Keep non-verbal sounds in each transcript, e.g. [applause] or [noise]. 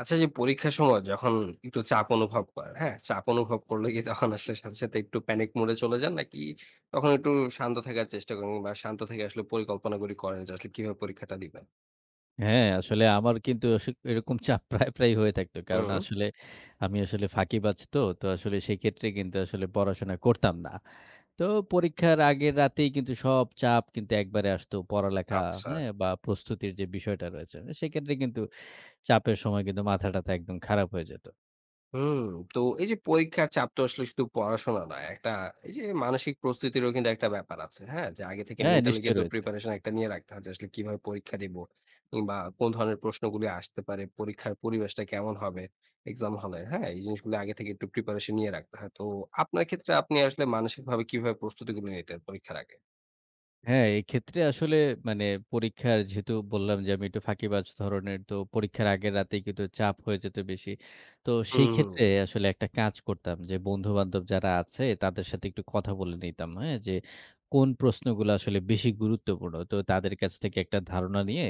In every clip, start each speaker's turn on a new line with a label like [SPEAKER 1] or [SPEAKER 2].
[SPEAKER 1] আচ্ছা যে পরীক্ষার সময় যখন একটু চাপ অনুভব করেন, হ্যাঁ? চাপ অনুভব করলে কি তখন আসলে সাথে, সাথে একটু প্যানিক মোড এ চলে যান? নাকি তখন একটু শান্ত থাকার চেষ্টা করেন বা শান্ত থেকে আসলে পরিকল্পনাগুলি করেন যে আসলে কিভাবে পরীক্ষাটা দিবেন?
[SPEAKER 2] হ্যাঁ, আসলে আমার কিন্তু আসে এরকম চাপ [laughs] প্রায়, প্রায় হয়ে থাকতো। কারণ
[SPEAKER 1] হুম,
[SPEAKER 2] আসলে আমি আসলে ফাঁকিবাজ তো। তো আসলে সেক্ষেত্রে কিন্তু আসলে পড়াশোনা করতাম না। তো পরীক্ষার আগের রাতেই কিন্তু সব চাপ কিন্তু একবারে আসতো। পড়ালেখা,
[SPEAKER 1] আচ্ছা।
[SPEAKER 2] হ্যাঁ? বা প্রস্তুতির যে বিষয়টা রয়েছে, সেক্ষেত্রে কিন্তু চাপের সময় কিন্তু মাথা-টাথা একদম খারাপ হয়ে যেত।
[SPEAKER 1] হুম, তো এই যে পরীক্ষার চাপ তো আসলে শুধু পড়াশোনা নয়, একটা এই যে মানসিক প্রস্তুতিরও কিন্তু একটা ব্যাপার আছে, হ্যাঁ? যে আগে থেকে
[SPEAKER 2] হ্যাঁ,
[SPEAKER 1] মেন্টালি
[SPEAKER 2] নিশ্চয়ই
[SPEAKER 1] কিন্তু
[SPEAKER 2] রয়েছে।
[SPEAKER 1] প্রিপারেশন একটা নিয়ে রাখতে হয় যে আসলে কিভাবে পরীক্ষা দিব কিংবা কোন ধরনের প্রশ্নগুলি আসতে পারে, পরীক্ষার পরিবেশটা কেমন হবে এক্সাম হলে, হ্যাঁ? এই জিনিসগুলো আগে থেকে একটু প্রিপারেশন নিয়ে রাখতে হয়। তো আপনার ক্ষেত্রে আপনি আসলে মানসিকভাবে কিভাবে প্রস্তুতিগুলো নিতেন পরীক্ষার আগে?
[SPEAKER 2] হ্যাঁ, এক্ষেত্রে আসলে মানে পরীক্ষার যেহেতু বললাম যে আমি একটু ফাঁকিবাজ ধরনের, তো পরীক্ষার আগের রাতেই কিন্তু চাপ হয়ে যেত বেশি। তো সেই
[SPEAKER 1] হুম, হুম।
[SPEAKER 2] ক্ষেত্রে আসলে একটা কাজ করতাম যে বন্ধু-বান্ধব যারা আছে তাদের সাথে একটু কথা বলে নিতাম, হ্যাঁ? যে কোন প্রশ্নগুলো আসলে বেশি গুরুত্বপূর্ণ। তো তাদের কাছ থেকে একটা ধারণা নিয়ে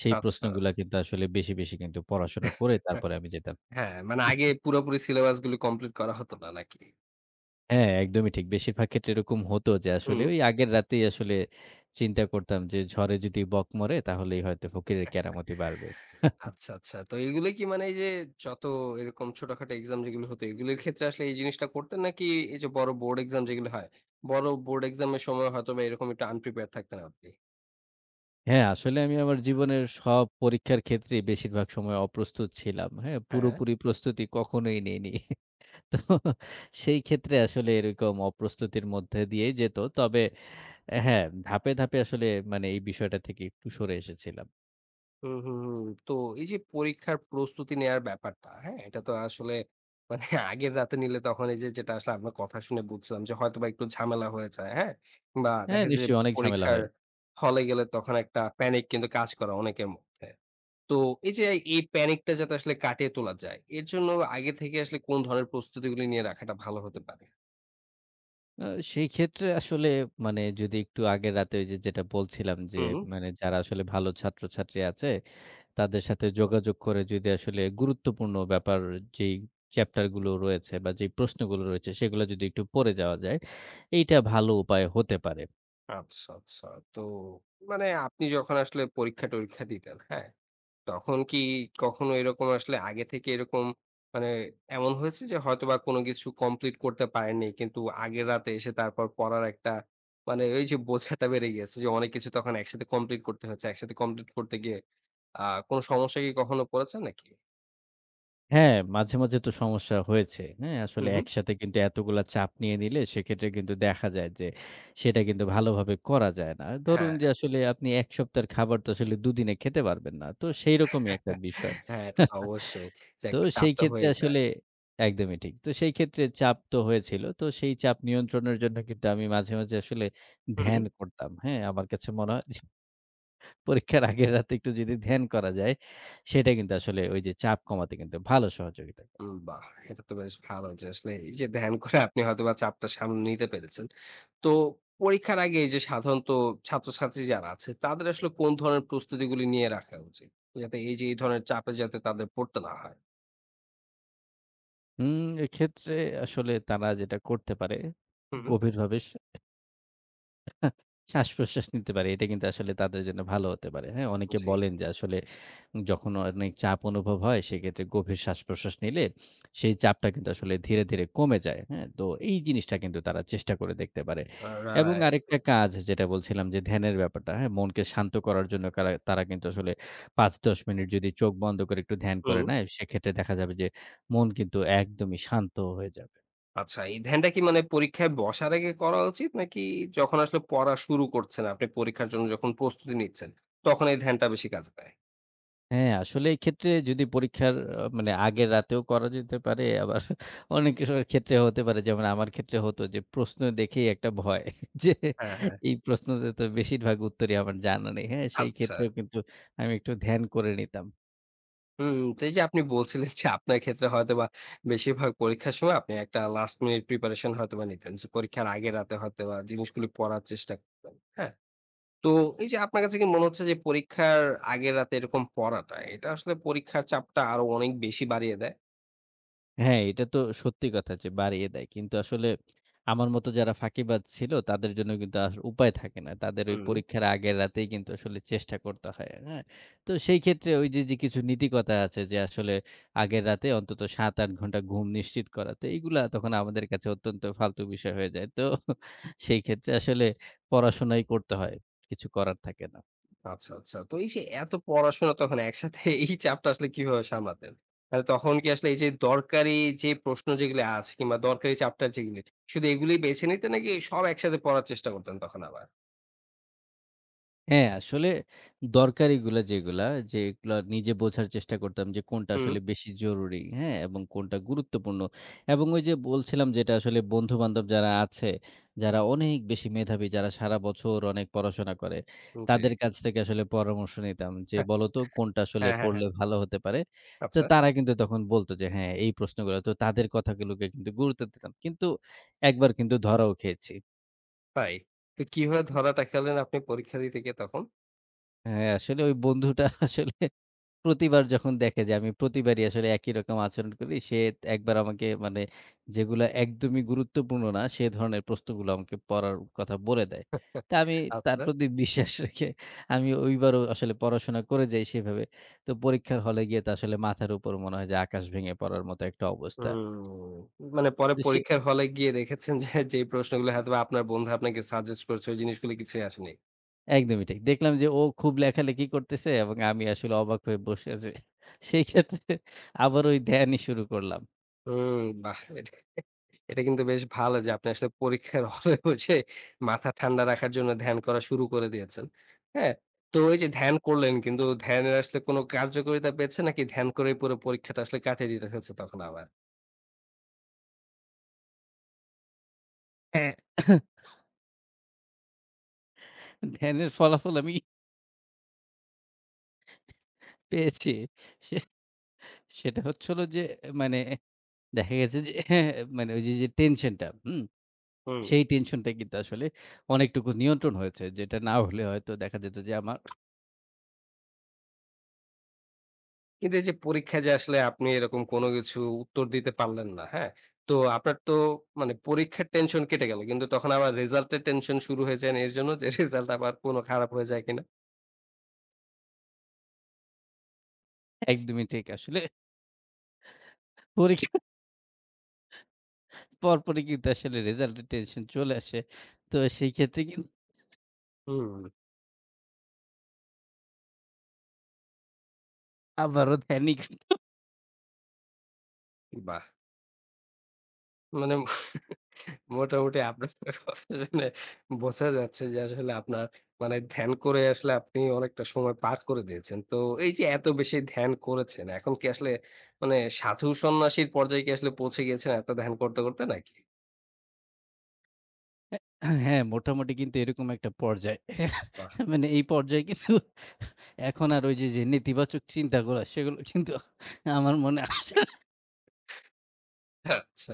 [SPEAKER 2] সেই
[SPEAKER 1] আচ্ছা।
[SPEAKER 2] প্রশ্নগুলা কিন্তু আসলে বেশি, বেশি কিন্তু পড়াশোনা করে তারপরে আমি যেতাম।
[SPEAKER 1] হ্যাঁ, মানে আগে পুরোপুরি সিলেবাসগুলো কমপ্লিট করা হতো না নাকি?
[SPEAKER 2] হ্যাঁ, একদমই ঠিক। বেশিরভাগ ক্ষেত্রে এরকম হতো যে আসলে
[SPEAKER 1] হুম।
[SPEAKER 2] ওই আগের রাতেই আসলে চিন্তা করতাম যে ঝড়ে যদি বক মরে তাহলেই হয়তো ফকিরের কেরামতি বাড়বে।
[SPEAKER 1] আচ্ছা, আচ্ছা। তো এগুলো কি মানে এই যে যত এরকম ছোটখাটো এক্সাম যেগুলো হতো, এগুলোর ক্ষেত্রে আসলে এই জিনিসটা করতেন? নাকি এই যে বড় বোর্ড এক্সাম যেগুলো হয়, বড় বোর্ড এক্সাম এর সময় হয়তোবা এরকম একটু আনপ্রিপেয়ার্ড থাকতেন আপনি?
[SPEAKER 2] হ্যাঁ, আসলে আমি আমার জীবনের সব পরীক্ষার ক্ষেত্রেই বেশিরভাগ সময় অপ্রস্তুত ছিলাম। হ্যাঁ,
[SPEAKER 1] হ্যাঁ।
[SPEAKER 2] পুরোপুরি প্রস্তুতি কখনোই নেইনি। তো সেই ক্ষেত্রে আসলে এরকম অপ্রস্তুতির মধ্যে দিয়েই যেত। তবে হ্যাঁ, ধাপে, ধাপে আসলে এই বিষয়টা থেকে একটু সরে এসেছিলাম।
[SPEAKER 1] হুম, হুম, হুম। তো এই যে পরীক্ষার প্রস্তুতি নেয়ার ব্যাপারটা, হ্যাঁ? এটা তো আসলে মানে [laughs] আগের রাতে নিলে তখন এই যে যেটা আসলে আপনার কথা শুনে বুঝছিলাম যে হয়তোবা একটু ঝামেলা হয়ে যায়, হ্যাঁ? বা
[SPEAKER 2] হ্যাঁ,
[SPEAKER 1] দেখা যায় যে
[SPEAKER 2] নিশ্চয়ই অনেক ঝামেলা
[SPEAKER 1] পরীক্ষার
[SPEAKER 2] হয়।
[SPEAKER 1] হলে গেলে তখন একটা প্যানিক কিন্তু কাজ করে অনেকের মধ্যে। তো এই যে এই প্যানিকটা যাতে আসলে কাটিয়ে তোলা যায়, এর জন্য আগে থেকে আসলে কোন ধরনের প্রস্তুতিগুলি নিয়ে রাখাটা ভালো হতে পারে?
[SPEAKER 2] আ সেই ক্ষেত্রে আসলে যদি একটু আগের রাতে ওই যে যেটা বলছিলাম যে,
[SPEAKER 1] হুম,
[SPEAKER 2] যারা আসলে ভালো ছাত্রছাত্রী আছে, তাদের সাথে যোগাযোগ করে যদি আসলে গুরুত্বপূর্ণ ব্যাপার যেই চ্যাপ্টার গুলো রয়েছে বা যেই প্রশ্নগুলো রয়েছে সেগুলো যদি একটু পড়ে যাওয়া যায়, এইটা ভালো উপায় হতে পারে।
[SPEAKER 1] আচ্ছা, আচ্ছা। তো মানে আপনি যখন আসলে পরীক্ষা-টরীক্ষা দিতেন, হ্যাঁ? তখন কি কখনো এরকম আসলে আগে থেকে এরকম মানে এমন হয়েছে যে হয়তোবা কোনো কিছু কমপ্লিট করতে পারেননি। কিন্তু আগের রাতে এসে তারপর পড়ার একটা মানে ওই যে বোঝাটা বেড়ে গেছে যে অনেক কিছু তখন একসাথে কমপ্লিট করতে হয়েছে। একসাথে কমপ্লিট করতে গিয়ে আ কোনো সমস্যায় কি কখনো পড়েছেন নাকি?
[SPEAKER 2] হ্যাঁ, মাঝে, মাঝে তো সমস্যা হয়েছে। হ্যাঁ, আসলে
[SPEAKER 1] হুম, হুম।
[SPEAKER 2] একসাথে কিন্তু এতগুলা চাপ নিয়ে নিলে সেক্ষেত্রে কিন্তু দেখা যায় যে সেটা কিন্তু ভালোভাবে করা যায় না। ধরুন
[SPEAKER 1] হ্যাঁ।
[SPEAKER 2] যে আসলে আপনি ১ সপ্তাহের খাবার তো আসলে দুদিনে খেতে পারবেন না। তো সেইরকমই একটা
[SPEAKER 1] [laughs]
[SPEAKER 2] বিষয়।
[SPEAKER 1] হ্যাঁ, এটা তো অবশ্যই।
[SPEAKER 2] [laughs]
[SPEAKER 1] যে
[SPEAKER 2] তো
[SPEAKER 1] একটা চাপ
[SPEAKER 2] সেই
[SPEAKER 1] তো
[SPEAKER 2] ক্ষেত্রে
[SPEAKER 1] হয়ে যায়।
[SPEAKER 2] আসলে একদমই ঠিক। তো সেই ক্ষেত্রে চাপ তো হয়েছিল। তো সেই চাপ নিয়ন্ত্রণের জন্য কিন্তু আমি মাঝে, মাঝে আসলে
[SPEAKER 1] হুম।
[SPEAKER 2] ধ্যান করতাম। হ্যাঁ, আমার কাছে মনে হয় যে পরীক্ষার আগের রাতে একটু যদি ধ্যান করা যায়, সেটা কিন্তু আসলে ওই যে চাপ কমাতে কিন্তু ভালো সহযোগিতা।
[SPEAKER 1] বাহ! এটা তো বেশ ভালো যে আসলে এই যে ধ্যান করে আপনি হয়তোবা চাপটা সামলে নিতে পেরেছেন। তো পরীক্ষার আগে এই যে সাধারণত ছাত্রছাত্রী যারা আছে তাদের আসলে কোন ধরনের প্রস্তুতিগুলি নিয়ে রাখা উচিত? যাতে এই যে এই ধরনের চাপে যাতে তাদের পড়তে না হয়।
[SPEAKER 2] হুম, এক্ষেত্রে আসলে তারা যেটা করতে পারে,
[SPEAKER 1] হুম।
[SPEAKER 2] গভীরভাবে শ্বাস-প্রশ্বাস নিতে পারে। এটা কিন্তু আসলে তাদের জন্য ভালো হতে পারে। হ্যাঁ? অনেকে
[SPEAKER 1] জি।
[SPEAKER 2] বলেন যে আসলে যখন অনেক চাপ অনুভব হয় সেক্ষেত্রে গভীর শ্বাস-প্রশ্বাস নিলে সেই চাপটা কিন্তু আসলে ধীরে, ধীরে কমে যায়। হ্যাঁ? তো এই জিনিসটা কিন্তু তারা চেষ্টা করে দেখতে পারে। এবং
[SPEAKER 1] রাইট।
[SPEAKER 2] আরেকটা কাজ যেটা বলছিলাম যে ধ্যানের ব্যাপারটা, হ্যাঁ? মনকে শান্ত করার জন্য কারা তারা কিন্তু আসলে ৫-১০ মিনিট যদি চোখ বন্ধ করে একটু ধ্যান করে
[SPEAKER 1] হুম।
[SPEAKER 2] নেয়, সেক্ষেত্রে দেখা যাবে যে মন কিন্তু একদমই শান্ত হয়ে যাবে।
[SPEAKER 1] আচ্ছা এই ধ্যানটা কি মানে পরীক্ষায় বসার আগে করা উচিত নাকি যখন আসলে পড়া শুরু করছেন আপনি পরীক্ষার জন্য যখন প্রস্তুতি নিচ্ছেন তখন এই ধ্যানটা বেশি কাজে দেয়?
[SPEAKER 2] হ্যাঁ, আসলে এই ক্ষেত্রে যদি পরীক্ষার আগের রাতেও করা যেতে পারে, আবার [laughs] অনেক কিছুর ক্ষেত্রে হতে পারে যেমন আমার ক্ষেত্রে হতো যে প্রশ্ন দেখেই একটা ভয় [laughs] যে
[SPEAKER 1] হ্যাঁ, হ্যাঁ।
[SPEAKER 2] এই প্রশ্নতে তো বেশিরভাগ উত্তরই আমার জানা নেই। হ্যাঁ, সেই
[SPEAKER 1] আচ্ছা।
[SPEAKER 2] ক্ষেত্রেও কিন্তু আমি একটু ধ্যান করে নিতাম।
[SPEAKER 1] হুম, তো এই যে আপনি বলছিলেন যে আপনার ক্ষেত্রে হয়তোবা বেশিরভাগ পরীক্ষার সময় আপনি একটা লাস্ট মিনিট প্রিপারেশন হয়তোবা নিতেন। যে পরীক্ষার আগের রাতে হয়তোবা জিনিসগুলি পড়ার চেষ্টা করতেন। হ্যাঁ? তো এই যে আপনার কাছে কি মনে হচ্ছে যে পরীক্ষার আগের রাতে এরকম পড়াটা, এটা আসলে পরীক্ষার চাপটা আরো অনেক বেশি বাড়িয়ে দেয়?
[SPEAKER 2] হ্যাঁ, এটা তো সত্যি কথা যে বাড়িয়ে দেয়। কিন্তু আসলে আমার মতো যারা ফাঁকিবাজ ছিল তাদের জন্য কিন্তু আর উপায় থাকে না। তাদের ওই
[SPEAKER 1] হুম।
[SPEAKER 2] পরীক্ষার আগের রাতেই কিন্তু আসলে চেষ্টা করতে হয়। হ্যাঁ? তো সেই ক্ষেত্রে ওই যে, যে কিছু নীতিকথা আছে যে আসলে আগের রাতে অন্তত ৭-৮ ঘন্টা ঘুম নিশ্চিত করা। তো এইগুলা তখন আমাদের কাছে অত্যন্ত ফালতু বিষয় হয়ে যায়। তো সেই ক্ষেত্রে আসলে পড়াশোনাই করতে হয়। কিছু করার থাকে না।
[SPEAKER 1] আচ্ছা, আচ্ছা। তো এই যে এত পড়াশোনা তখন একসাথে [laughs] এই চাপটা আসলে কিভাবে সামলাতেন? মানে তখন কি আসলে এই যে দরকারি যে প্রশ্ন যেগুলো আছে কিংবা দরকারি চ্যাপ্টার যেগুলি, শুধু এগুলোই বেছে নিতেন নাকি সব একসাথে পড়ার চেষ্টা করতেন তখন আবার?
[SPEAKER 2] হ্যাঁ, আসলে দরকারিগুলা যেগুলা, যে এগুলা নিজে বোঝার চেষ্টা করতাম যে কোনটা
[SPEAKER 1] হুম,
[SPEAKER 2] আসলে বেশি জরুরি, হ্যাঁ? এবং কোনটা গুরুত্বপূর্ণ। এবং ওই যে বলছিলাম যেটা আসলে বন্ধু-বান্ধব যারা আছে, যারা অনেক বেশি মেধাবী, যারা সারা বছর অনেক পড়াশোনা করে,
[SPEAKER 1] জি।
[SPEAKER 2] তাদের কাছ থেকে আসলে পরামর্শ নিতাম যে,
[SPEAKER 1] হ্যাঁ,
[SPEAKER 2] "বলতো কোনটা আসলে
[SPEAKER 1] হ্যাঁ, হ্যাঁ, হ্যাঁ।
[SPEAKER 2] পড়লে ভালো হতে পারে?" তো
[SPEAKER 1] আচ্ছা,
[SPEAKER 2] তারা কিন্তু তখন বলত যে, "হ্যাঁ, এই প্রশ্নগুলো।" তো তাদের কথাগুলোকে কিন্তু গুরুত্ব দিতাম। কিন্তু একবার কিন্তু ধরাও খেয়েছি।
[SPEAKER 1] তাই? তো কিভাবে ধরাটা খেলেন আপনি পরীক্ষা দিতে গিয়ে তখন?
[SPEAKER 2] হ্যাঁ, আসলে ওই বন্ধুটা [laughs] আসলে প্রতিবার যখন দেখে যে আমি প্রতিবারই আসলে একই রকম আচরণ করি, সে একবার আমাকে যেগুলা একদমই গুরুত্বপূর্ণ না, সে ধরনের প্রশ্নগুলো আমাকে পড়ার কথা বলে দেয়। তা আমি তার
[SPEAKER 1] আচ্ছা।
[SPEAKER 2] প্রতি বিশ্বাস রেখে ওইবারও আসলে পড়াশোনা করে যাই সেভাবে। তো পরীক্ষার হলে গিয়ে তো আসলে মাথার উপর মনে হয় যে আকাশ ভেঙে পড়ার মতো একটা অবস্থা।
[SPEAKER 1] হুম। মানে পরে
[SPEAKER 2] তো সে
[SPEAKER 1] পরীক্ষার হলে গিয়ে দেখেছেন যে, যে প্রশ্নগুলো হয়তোবা আপনার বন্ধু আপনাকে সাজেস্ট করেছে ওই জিনিসগুলো কিছুই আসেনি।
[SPEAKER 2] একদমই ঠিক। দেখলাম যে ও খুব লেখালেখি করতেছে এবং আমি আসলে অবাক হয়ে বসে আছি। সেই ক্ষেত্রে আবার ওই ধ্যানই শুরু করলাম।
[SPEAKER 1] হুম, বাহ! এটা এটা কিন্তু বেশ ভালো যে আপনি আসলে পরীক্ষার [laughs] হলে বসে মাথা ঠান্ডা রাখার জন্য ধ্যান করা শুরু করে দিয়েছেন। হ্যাঁ? তো এই যে ধ্যান করলেন কিন্তু ধ্যানের আসলে কোনো কার্যকারিতা পেয়েছে নাকি ধ্যান করেই পুরো পরীক্ষাটা আসলে কাটিয়ে দিতে হয়েছে তখন আবার?
[SPEAKER 2] হ্যাঁ, ধ্যানের ফলাফল আমি পেয়েছি। সে সেটা হচ্ছে হলো যে মানে দেখা গেছে যে হ্যাঁ, ওই যে, যে টেনশনটা, হুম?
[SPEAKER 1] হুম।
[SPEAKER 2] সেই টেনশনটা কিন্তু আসলে অনেকটুকু নিয়ন্ত্রণ হয়েছে। যেটা না হলে হয়তো দেখা যেত যে আমার
[SPEAKER 1] কিন্তু এই যে পরীক্ষায় যে আসলে আপনি এরকম কোনো কিছু উত্তর দিতে পারলেন না, হ্যাঁ? তো আপনার তো মানে পরীক্ষার টেনশন কেটে গেল। কিন্তু তখন আবার রেজাল্ট এর টেনশন শুরু হয়ে যায় না এর জন্য যে [laughs] রেজাল্ট আবার কোনো খারাপ হয়ে যায় কিনা?
[SPEAKER 2] একদমই ঠিক। আসলে পরীক্ষার [laughs] পরপরই কিন্তু আসলে রেজাল্টের টেনশন চলে আসে। তো সেই ক্ষেত্রে কিন্তু
[SPEAKER 1] হুম।
[SPEAKER 2] আবারও ধ্যানিক। [laughs]
[SPEAKER 1] বাহ! মানে মোটামুটি আপনার কথা শুনে বোঝা যাচ্ছে যে আসলে আপনার মানে ধ্যান করে আসলে আপনি অনেকটা সময় পার করে দিয়েছেন। তো এই যে এত বেশি ধ্যান করেছেন, এখন কি আসলে মানে সাধু সন্ন্যাসীর পর্যায়ে কি আসলে পৌঁছে গিয়েছেন এত ধ্যান করতে, করতে নাকি?
[SPEAKER 2] হ্যাঁ, মোটামুটি কিন্তু এরকম একটা পর্যায়।
[SPEAKER 1] বাহ!
[SPEAKER 2] [laughs] এই পর্যায়ে কিন্তু এখন আর ওই যে, যে নেতিবাচক চিন্তাগুলা সেগুলো কিন্তু আমার মনে আসে না।
[SPEAKER 1] আচ্ছা।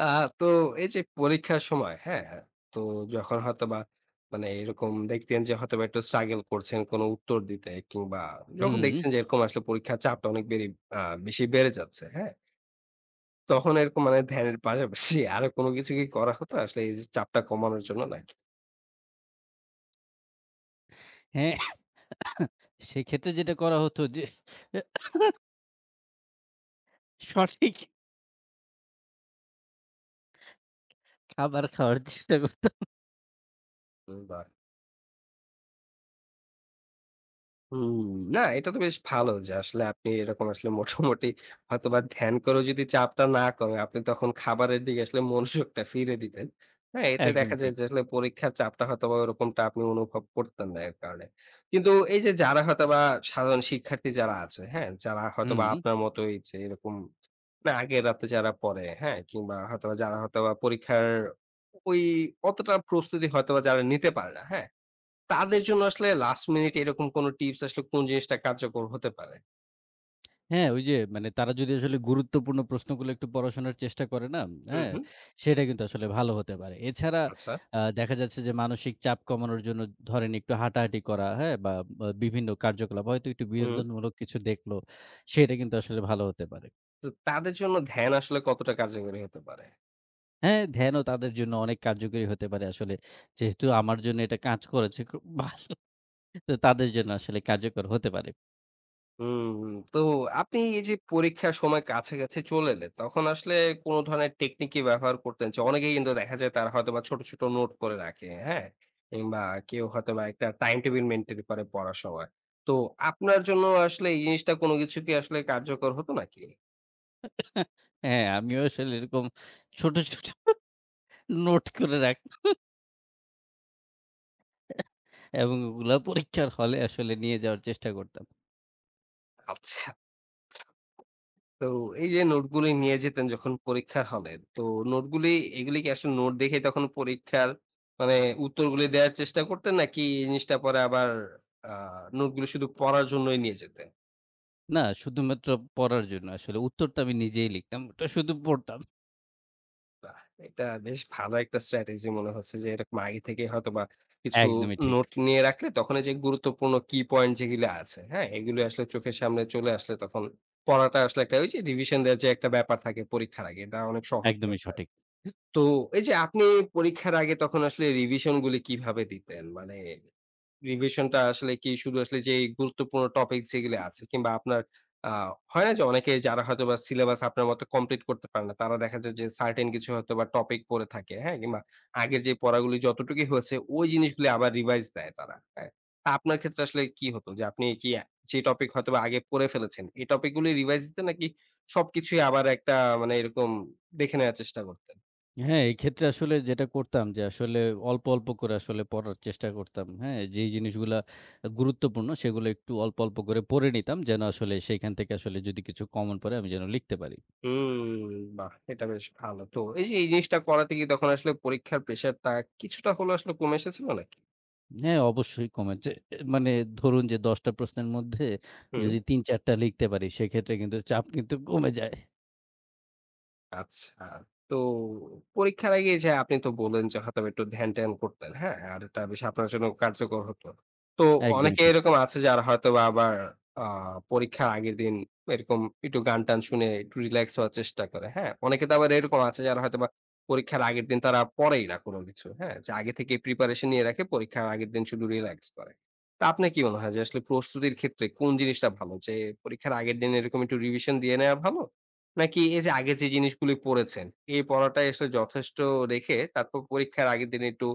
[SPEAKER 1] আ তো এই যে পরীক্ষার সময়, হ্যাঁ? তো যখন হয়তোবা মানে এরকম দেখতেন যে হয়তোবা একটু স্ট্রাগল করছেন কোন উত্তর দিতে কিংবা যখন
[SPEAKER 2] হুম।
[SPEAKER 1] দেখছেন যে এরকম আসলে পরীক্ষার চাপটা অনেক বেড়ে আ বেশি বেড়ে যাচ্ছে, হ্যাঁ? তখন এরকম মানে ধ্যানের পাশাপাশি আরো কোনো কিছু কি করা হতো আসলে এই যে চাপটা কমানোর জন্য নাকি?
[SPEAKER 2] হ্যাঁ, সেক্ষেত্রে যেটা করা হতো যে এ সঠিক খাবার খাওয়ার চেষ্টা করত।
[SPEAKER 1] কিংবা হুম, না এটা তো বেশ ভালো যে আসলে আপনি এরকম আসলে মোটামুটি হয়তোবা ধ্যান করেও যদি চাপটা না কমে আপনি তখন খাবারের দিকে আসলে মনোযোগটা ফিরে দিতেন। হ্যাঁ, এতে দেখা
[SPEAKER 2] একদমই
[SPEAKER 1] যায়
[SPEAKER 2] ঠিক।
[SPEAKER 1] যে আসলে পরীক্ষার চাপটা হয়তোবা ওরকমটা আপনি অনুভব করতেন না এর কারণে। কিন্তু এই যে যারা হয়তোবা সাধারণ শিক্ষার্থী যারা আছে, হ্যাঁ? যারা হয়তোবা
[SPEAKER 2] হুম।
[SPEAKER 1] আপনার মতোই যে এরকম না আগের রাতে যারা পড়ে, হ্যাঁ? কিংবা হয়তোবা যারা হয়তোবা পরীক্ষার ওই অতটা প্রস্তুতি হয়তোবা যারা নিতে পারে না, হ্যাঁ? তাদের জন্য আসলে লাস্ট মিনিট এরকম কোন টিপস আসলে কোন জিনিসটা কার্যকর হতে পারে?
[SPEAKER 2] হ্যাঁ, ওই যে তারা যদি আসলে গুরুত্বপূর্ণ প্রশ্নগুলো একটু পড়াশোনার চেষ্টা করে না?
[SPEAKER 1] হুম,
[SPEAKER 2] হ্যাঁ,
[SPEAKER 1] হুম।
[SPEAKER 2] সেটা কিন্তু আসলে ভালো হতে পারে। এছাড়া
[SPEAKER 1] আচ্ছা।
[SPEAKER 2] দেখা যাচ্ছে যে মানসিক চাপ কমানোর জন্য ধরেন একটু হাঁটাহাঁটি করা, হ্যাঁ? বা বা বিভিন্ন কার্যকলাপ হয়তো একটু
[SPEAKER 1] হুম।
[SPEAKER 2] বিনোদনমূলক কিছু দেখলো, সেটা কিন্তু আসলে ভালো হতে পারে।
[SPEAKER 1] তো তাদের জন্য ধ্যান আসলে কতটা কার্যকরী হতে পারে?
[SPEAKER 2] হ্যাঁ, ধ্যানও তাদের জন্য অনেক কার্যকরী হতে পারে আসলে। যেহেতু আমার জন্য এটা কাজ করেছে খুব ভালো। তো তাদের জন্য আসলে কার্যকর হতে পারে।
[SPEAKER 1] হুম। তো আপনি এই যে পরীক্ষার সময় কাছাকাছি চলে এলে, তখন আসলে কোন ধরনের টেকনিক কি ব্যবহার করতেন? যে অনেকেই কিন্তু দেখা যায় তারা হয়তোবা ছোট, ছোট নোট করে রাখে, হ্যাঁ? কিংবা কেউ হয়তোবা একটা টাইম টেবিল মেইনটেইন করে পড়ার সময়। তো আপনার জন্য আসলে এই জিনিসটা কোন কিছু কি আসলে কার্যকর হতো নাকি?
[SPEAKER 2] হ্যাঁ, আমিও আসলে এরকম ছোট, ছোট নোট করে রাখতাম এবং ওগুলা পরীক্ষার হলে আসলে নিয়ে যাওয়ার চেষ্টা করতাম।
[SPEAKER 1] আচ্ছা। তো এই যে নোটগুলি নিয়ে যেতেন যখন পরীক্ষার হলে, তো নোটগুলি এগুলি কি আসলে নোট দেখে তখন পরীক্ষার মানে উত্তরগুলি দেওয়ার চেষ্টা করতেন? নাকি এই জিনিসটা পরে আবার আ নোটগুলি শুধু পড়ার জন্যই নিয়ে যেতেন?
[SPEAKER 2] না, শুধুমাত্র পড়ার জন্য। আসলে উত্তরটা আমি নিজেই লিখতাম। ওটা শুধু পড়তাম।
[SPEAKER 1] বাহ! এটা বেশ ভালো একটা স্ট্র্যাটেজি মনে হচ্ছে যে, এরকম আগে থেকেই হয়তোবা কিছু
[SPEAKER 2] একদমই ঠিক।
[SPEAKER 1] নোট নিয়ে রাখলে তখন এই যে গুরুত্বপূর্ণ কি পয়েন্ট যেগুলো আছে, হ্যাঁ? এগুলো আসলে চোখের সামনে চলে আসলে তখন পড়াটা আসলে একটা ওই যে রিভিশন দেওয়ার যে একটা ব্যাপার থাকে পরীক্ষার আগে, এটা অনেক সহজ
[SPEAKER 2] একদমই
[SPEAKER 1] হয়ে যায়।
[SPEAKER 2] সঠিক।
[SPEAKER 1] তো এই যে আপনি পরীক্ষার আগে তখন আসলে রিভিশন গুলি কিভাবে দিতেন? মানে রিভিশনটা আসলে কি শুধু আসলে যেই গুরুত্বপূর্ণ টপিক যেগুলো আছে কিংবা আপনার আ হয় না যে অনেকে যারা হয়তোবা সিলেবাস আপনার মতো কমপ্লিট করতে পারে না। তারা দেখা যায় যে সার্টেন কিছু হয়তোবা টপিক পড়ে থাকে, হ্যাঁ? কিংবা আগের যে পড়াগুলি যতটুকুই হয়েছে ওই জিনিসগুলি আবার রিভাইজ দেয় তারা, হ্যাঁ? তা আপনার ক্ষেত্রে আসলে কি হতো? যে আপনি কি যে টপিক হয়তোবা আগে পড়ে ফেলেছেন, এই টপিকগুলি রিভাইজ দিতেন নাকি সবকিছুই আবার একটা মানে এরকম দেখে নেওয়ার চেষ্টা করতেন?
[SPEAKER 2] হ্যাঁ, এক্ষেত্রে আসলে যেটা করতাম যে আসলে অল্প, অল্প করে আসলে পড়ার চেষ্টা করতাম। হ্যাঁ, যেই জিনিসগুলা গুরুত্বপূর্ণ সেগুলো একটু অল্প, অল্প করে পড়ে নিতাম যেন আসলে সেখান থেকে আসলে যদি কিছু কমন পড়ে আমি যেন লিখতে পারি।
[SPEAKER 1] হুম, বাহ! এটা বেশ ভালো। তো এই যে এই জিনিসটা করাতে গিয়ে তখন আসলে পরীক্ষার প্রেশারটা কিছুটা হলেও আসলে কমে এসেছিল নাকি?
[SPEAKER 2] হ্যাঁ, অবশ্যই কমে। যে মানে ধরুন যে ১০ টা প্রশ্নের মধ্যে
[SPEAKER 1] হুম।
[SPEAKER 2] যদি ৩-৪ টা লিখতে পারি সেক্ষেত্রে কিন্তু চাপ কিন্তু কমে যায়।
[SPEAKER 1] আচ্ছা। তো পরীক্ষার আগে এই যে আপনি তো বললেন যে হয়তোবা একটু ধ্যান-ট্যান করতেন, হ্যাঁ? আর এটা বেশ আপনার জন্য কার্যকর হতো। তো
[SPEAKER 2] একদমই
[SPEAKER 1] অনেকে
[SPEAKER 2] ঠিক।
[SPEAKER 1] এরকম আছে যারা হয়তোবা আবার আ পরীক্ষার আগের দিন এরকম একটু গান-টান শুনে একটু রিল্যাক্স হওয়ার চেষ্টা করে, হ্যাঁ? অনেকে তো আবার এরকম আছে যারা হয়তোবা পরীক্ষার আগের দিন তারা পড়েই না কোনো কিছু, হ্যাঁ? যে আগে থেকেই প্রিপারেশন নিয়ে রাখে, পরীক্ষার আগের দিন শুধু রিল্যাক্স করে। তো আপনার কি মনে হয় যে আসলে প্রস্তুতির ক্ষেত্রে কোন জিনিসটা ভালো? যে পরীক্ষার আগের দিন এরকম একটু রিভিশন দিয়ে নেওয়া ভালো? নাকি এই যে আগে যে জিনিসগুলি পড়েছেন, এই পড়াটাই আসলে যথেষ্ট রেখে তারপর পরীক্ষার আগের দিন একটু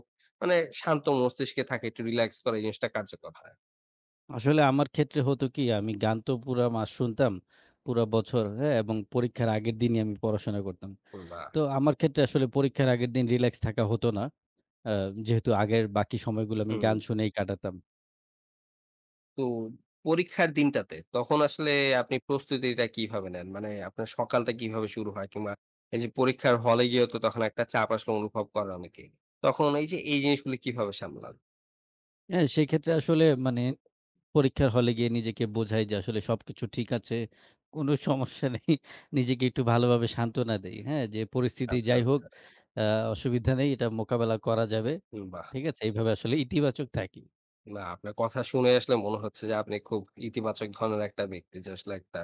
[SPEAKER 1] মানে শান্ত মস্তিষ্কে থাকে, একটু রিল্যাক্স করে এই জিনিসটা কার্যকর হয়?
[SPEAKER 2] আসলে আমার ক্ষেত্রে হতো কি আমি গান তো পুরা মাস শুনতাম, পুরা বছর, হ্যাঁ? এবং পরীক্ষার আগের দিনই আমি পড়াশোনা করতাম।
[SPEAKER 1] বা
[SPEAKER 2] তো আমার ক্ষেত্রে আসলে পরীক্ষার আগের দিন রিল্যাক্স থাকা হতো না। আ যেহেতু আগের বাকি সময়গুলো আমি
[SPEAKER 1] হুম।
[SPEAKER 2] গান শুনেই কাটাতাম।
[SPEAKER 1] তো পরীক্ষার দিনটাতে তখন আসলে আপনি প্রস্তুতিটা কিভাবে নেন? মানে আপনার সকালটা কিভাবে শুরু হয়? কিংবা এই যে পরীক্ষার হলে গিয়েও তো তখন একটা চাপ আসলে অনুভব করে অনেকেই। তখন এই যে এই জিনিসগুলি কিভাবে সামলান?
[SPEAKER 2] হ্যাঁ, সেক্ষেত্রে আসলে পরীক্ষার হলে গিয়ে নিজেকে বোঝাই যে আসলে সবকিছু ঠিক আছে। কোনো সমস্যা নেই। [laughs] নিজেকে একটু ভালোভাবে সান্ত্বনা দেই। হ্যাঁ? যে পরিস্থিতি
[SPEAKER 1] আচ্ছা,
[SPEAKER 2] যাই হোক
[SPEAKER 1] আচ্ছা।
[SPEAKER 2] আ অসুবিধা নেই। এটা মোকাবেলা করা যাবে।
[SPEAKER 1] হুম, বাহ!
[SPEAKER 2] ঠিক আছে? এইভাবে আসলে ইতিবাচক থাকি।
[SPEAKER 1] না, আপনার কথা শুনে আসলে মনে হচ্ছে যে আপনি খুব ইতিবাচক ধরনের একটা ব্যক্তি। যে আসলে একটা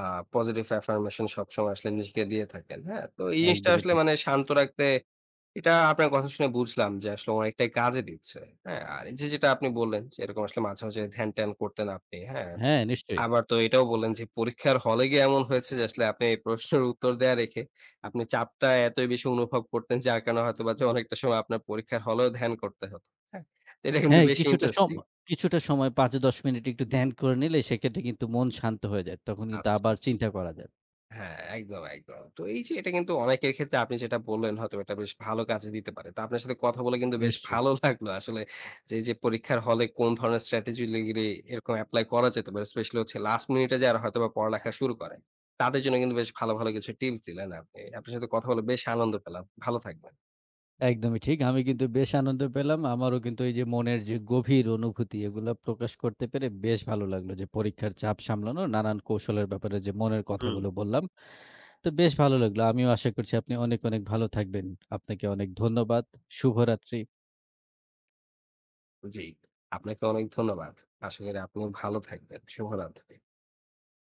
[SPEAKER 1] আ পজিটিভ এফার্মেশন সবসময় আসলে নিজেকে দিয়ে থাকেন। হ্যাঁ? তো এই জিনিসটা
[SPEAKER 2] একদমই
[SPEAKER 1] আসলে
[SPEAKER 2] ঠিক।
[SPEAKER 1] মানে শান্ত রাখতে এটা আপনার কথা শুনে বুঝলাম যে আসলে অনেকটাই কাজে দিচ্ছে। হ্যাঁ? আর এই যে যেটা আপনি বললেন যে এরকম আসলে মাঝে, মাঝে ধ্যান-ট্যান করতেন আপনি। হ্যাঁ?
[SPEAKER 2] হ্যাঁ, নিশ্চয়ই।
[SPEAKER 1] আবার তো এটাও বললেন যে পরীক্ষার হলে গিয়ে এমন হয়েছে যে আসলে আপনি এই প্রশ্নের উত্তর দেয়া রেখে আপনি চাপটা এতই বেশি অনুভব করতেন যার কারণে হয়তোবা যে অনেকটা সময় আপনার পরীক্ষার হলেও ধ্যান করতে হতো। হ্যাঁ? তো এটা কিন্তু
[SPEAKER 2] হ্যাঁ,
[SPEAKER 1] বেশি ইন্টারেস্টিং।
[SPEAKER 2] কিছুটা সময় ৫-১০ মিনিট একটু ধ্যান করে নিলে সেক্ষেত্রে কিন্তু মন শান্ত হয়ে যায়। তখন কিন্তু
[SPEAKER 1] আচ্ছা,
[SPEAKER 2] আবার
[SPEAKER 1] আচ্ছা।
[SPEAKER 2] চিন্তা করা যায়।
[SPEAKER 1] হ্যাঁ, একদম, একদম। তো এই যে এটা কিন্তু অনেকের ক্ষেত্রে আপনি যেটা বললেন হয়তো এটা বেশ ভালো কাজে দিতে পারে। তো আপনার সাথে কথা বলে কিন্তু বেশ
[SPEAKER 2] নিশ্চয়ই।
[SPEAKER 1] ভালো লাগলো আসলে যে, এই যে পরীক্ষার হলে কোন ধরনের স্ট্র্যাটেজি লিগলি এরকম এপ্লাই করা যেতে পারে। স্পেশালি হচ্ছে লাস্ট মিনিটে যারা হয়তোবা পড়ালেখা শুরু করে, তাদের জন্য কিন্তু বেশ ভালো, ভালো কিছু টিপস দিলেন আপনি। আপনার সাথে কথা বলে বেশ আনন্দ পেলাম। ভালো থাকবেন।
[SPEAKER 2] একদমই ঠিক। আমি কিন্তু বেশ আনন্দ পেলাম। আমারও কিন্তু এই যে মনের যে গভীর অনুভূতি এগুলা প্রকাশ করতে পেরে বেশ ভালো লাগলো যে পরীক্ষার চাপ সামলানোর নানান কৌশলের ব্যাপারে যে মনের
[SPEAKER 1] হুম।
[SPEAKER 2] কথাগুলো বললাম। তো বেশ ভালো লাগলো। আমিও আশা করছি আপনি অনেক, অনেক ভালো থাকবেন। আপনাকে অনেক ধন্যবাদ। শুভরাত্রি।
[SPEAKER 1] জি। আপনাকে অনেক ধন্যবাদ। আশা করি আপনিও ভালো থাকবেন। শুভরাত্রি।